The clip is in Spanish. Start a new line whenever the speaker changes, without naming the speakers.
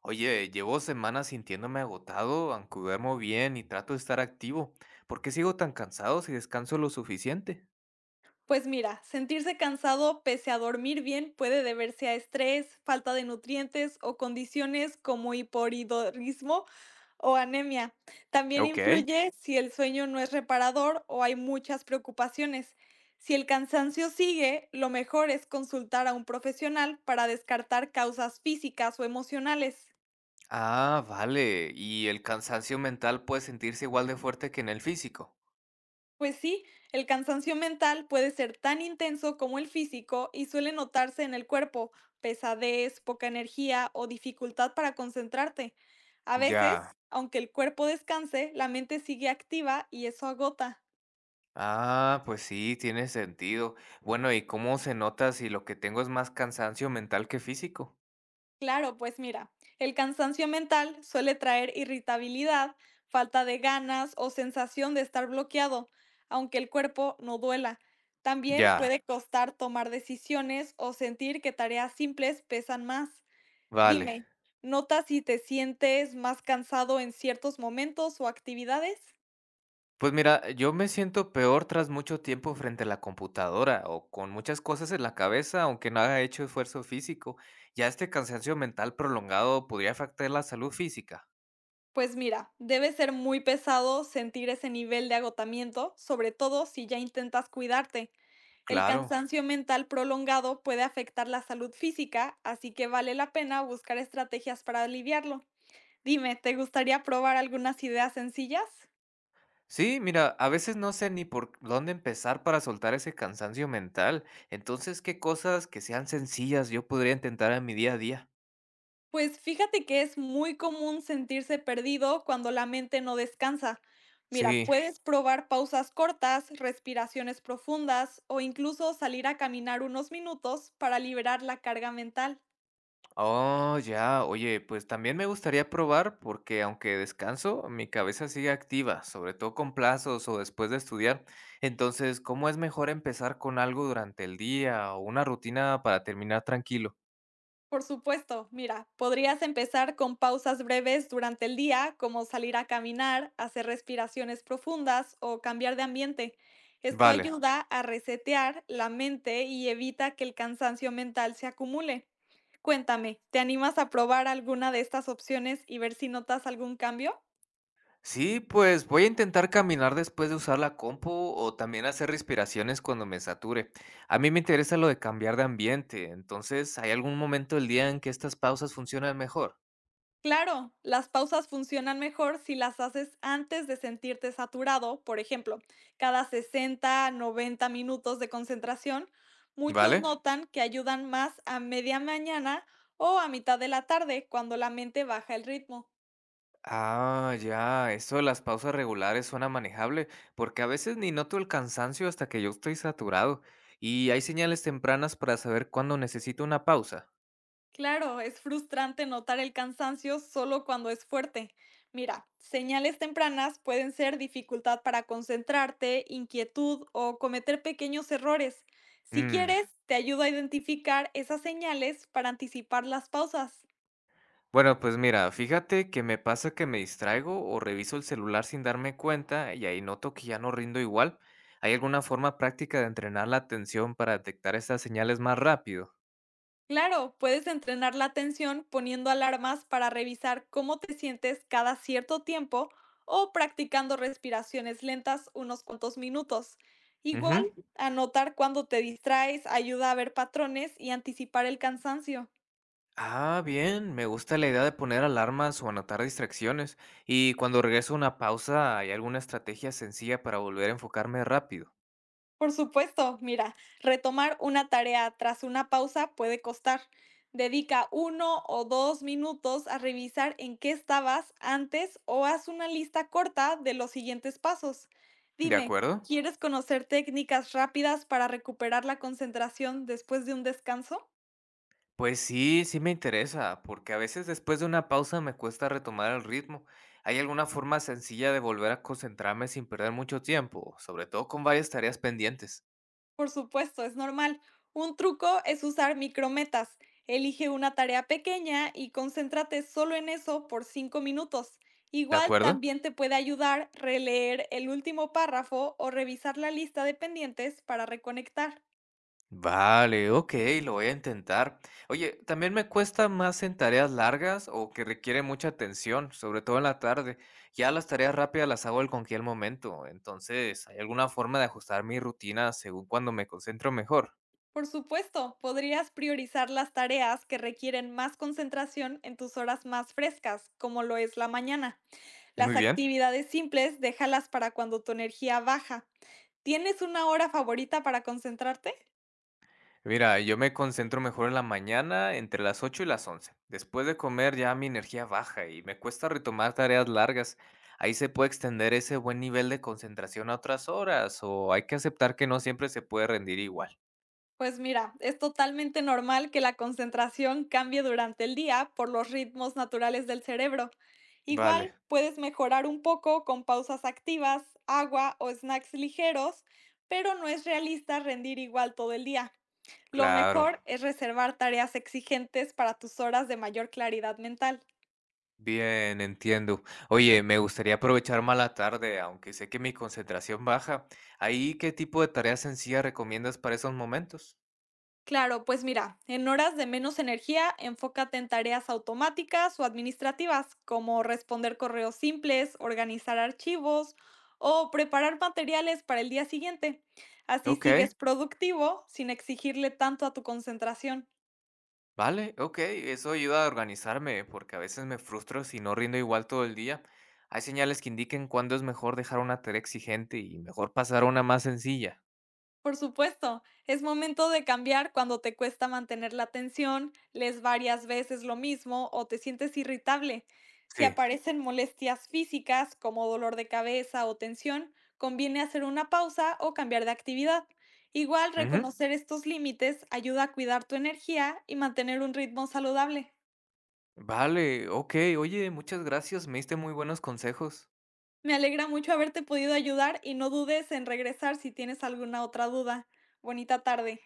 Oye, llevo semanas sintiéndome agotado, aunque duermo bien y trato de estar activo. ¿Por qué sigo tan cansado si descanso lo suficiente?
Pues mira, sentirse cansado pese a dormir bien puede deberse a estrés, falta de nutrientes o condiciones como hipoiridorismo o anemia. También
Ok.
influye si el sueño no es reparador o hay muchas preocupaciones. Si el cansancio sigue, lo mejor es consultar a un profesional para descartar causas físicas o emocionales.
Ah, vale. ¿Y el cansancio mental puede sentirse igual de fuerte que en el físico?
Pues sí, el cansancio mental puede ser tan intenso como el físico y suele notarse en el cuerpo, pesadez, poca energía o dificultad para concentrarte. A
Ya.
veces, aunque el cuerpo descanse, la mente sigue activa y eso agota.
Ah, pues sí, tiene sentido. Bueno, ¿y cómo se nota si lo que tengo es más cansancio mental que físico?
Claro, pues mira, el cansancio mental suele traer irritabilidad, falta de ganas o sensación de estar bloqueado, aunque el cuerpo no duela. También
Ya,
puede costar tomar decisiones o sentir que tareas simples pesan más.
vale.
Dime, ¿notas si te sientes más cansado en ciertos momentos o actividades?
Pues mira, yo me siento peor tras mucho tiempo frente a la computadora o con muchas cosas en la cabeza, aunque no haya hecho esfuerzo físico. Ya este cansancio mental prolongado podría afectar la salud física.
Pues mira, debe ser muy pesado sentir ese nivel de agotamiento, sobre todo si ya intentas cuidarte. El
Claro.
cansancio mental prolongado puede afectar la salud física, así que vale la pena buscar estrategias para aliviarlo. Dime, ¿te gustaría probar algunas ideas sencillas?
Sí, mira, a veces no sé ni por dónde empezar para soltar ese cansancio mental. Entonces, ¿qué cosas que sean sencillas yo podría intentar en mi día a día?
Pues fíjate que es muy común sentirse perdido cuando la mente no descansa. Mira,
Sí.
puedes probar pausas cortas, respiraciones profundas o incluso salir a caminar unos minutos para liberar la carga mental.
Oh, ya. Oye, pues también me gustaría probar porque aunque descanso, mi cabeza sigue activa, sobre todo con plazos o después de estudiar. Entonces, ¿cómo es mejor empezar con algo durante el día o una rutina para terminar tranquilo?
Por supuesto, mira, podrías empezar con pausas breves durante el día, como salir a caminar, hacer respiraciones profundas o cambiar de ambiente. Esto
Vale.
ayuda a resetear la mente y evita que el cansancio mental se acumule. Cuéntame, ¿te animas a probar alguna de estas opciones y ver si notas algún cambio?
Sí, pues voy a intentar caminar después de usar la compu o también hacer respiraciones cuando me sature. A mí me interesa lo de cambiar de ambiente. Entonces, ¿hay algún momento del día en que estas pausas funcionan mejor?
Claro, las pausas funcionan mejor si las haces antes de sentirte saturado, por ejemplo, cada 60, 90 minutos de concentración,
¿Vale?
muchos notan que ayudan más a media mañana o a mitad de la tarde cuando la mente baja el ritmo.
Ah, ya, eso de las pausas regulares suena manejable, porque a veces ni noto el cansancio hasta que yo estoy saturado. ¿Y hay señales tempranas para saber cuándo necesito una pausa?
Claro, es frustrante notar el cansancio solo cuando es fuerte. Mira, señales tempranas pueden ser dificultad para concentrarte, inquietud o cometer pequeños errores. Si
Mm,
quieres, te ayudo a identificar esas señales para anticipar las pausas.
Bueno, pues mira, fíjate que me pasa que me distraigo o reviso el celular sin darme cuenta y ahí noto que ya no rindo igual. ¿Hay alguna forma práctica de entrenar la atención para detectar estas señales más rápido?
Claro, puedes entrenar la atención poniendo alarmas para revisar cómo te sientes cada cierto tiempo o practicando respiraciones lentas unos cuantos minutos.
Ujú.
Igual, anotar cuando te distraes ayuda a ver patrones y anticipar el cansancio.
Ah, bien, me gusta la idea de poner alarmas o anotar distracciones. Y cuando regreso a una pausa, ¿hay alguna estrategia sencilla para volver a enfocarme rápido?
Por supuesto, mira, retomar una tarea tras una pausa puede costar. Dedica uno o dos minutos a revisar en qué estabas antes o haz una lista corta de los siguientes pasos.
¿De
Dime,
acuerdo?
¿quieres conocer técnicas rápidas para recuperar la concentración después de un descanso?
Pues sí, sí me interesa, porque a veces después de una pausa me cuesta retomar el ritmo. ¿Hay alguna forma sencilla de volver a concentrarme sin perder mucho tiempo, sobre todo con varias tareas pendientes?
Por supuesto, es normal. Un truco es usar micrometas. Elige una tarea pequeña y concéntrate solo en eso por cinco minutos.
¿De
Igual
acuerdo?
también te puede ayudar releer el último párrafo o revisar la lista de pendientes para reconectar.
Vale, ok, lo voy a intentar. Oye, también me cuesta más en tareas largas o que requieren mucha atención, sobre todo en la tarde. Ya las tareas rápidas las hago en cualquier momento. Entonces, ¿hay alguna forma de ajustar mi rutina según cuando me concentro mejor?
Por supuesto, podrías priorizar las tareas que requieren más concentración en tus horas más frescas, como lo es la mañana. Las
Muy bien.
actividades simples déjalas para cuando tu energía baja. ¿Tienes una hora favorita para concentrarte?
Mira, yo me concentro mejor en la mañana entre las 8 y las 11. Después de comer ya mi energía baja y me cuesta retomar tareas largas. ¿Ahí se puede extender ese buen nivel de concentración a otras horas o hay que aceptar que no siempre se puede rendir igual?
Pues mira, es totalmente normal que la concentración cambie durante el día por los ritmos naturales del cerebro. Igual
Vale,
puedes mejorar un poco con pausas activas, agua o snacks ligeros, pero no es realista rendir igual todo el día. Lo
claro.
mejor es reservar tareas exigentes para tus horas de mayor claridad mental.
Bien, entiendo. Oye, me gustaría aprovechar más la tarde, aunque sé que mi concentración baja. ¿Ahí qué tipo de tareas sencillas recomiendas para esos momentos?
Claro, pues mira, en horas de menos energía, enfócate en tareas automáticas o administrativas, como responder correos simples, organizar archivos o preparar materiales para el día siguiente. Así, ok,
Ok,
sigues productivo sin exigirle tanto a tu concentración.
vale, ok. Eso ayuda a organizarme, porque a veces me frustro si no rindo igual todo el día. ¿Hay señales que indiquen cuándo es mejor dejar una tarea exigente y mejor pasar a una más sencilla?
Por supuesto, es momento de cambiar cuando te cuesta mantener la atención, lees varias veces lo mismo o te sientes irritable. Si
Sí.
aparecen molestias físicas como dolor de cabeza o tensión, conviene hacer una pausa o cambiar de actividad. Igual,
Ujú.
reconocer estos límites ayuda a cuidar tu energía y mantener un ritmo saludable.
Vale, ok. Oye, muchas gracias. Me diste muy buenos consejos.
Me alegra mucho haberte podido ayudar y no dudes en regresar si tienes alguna otra duda. Bonita tarde.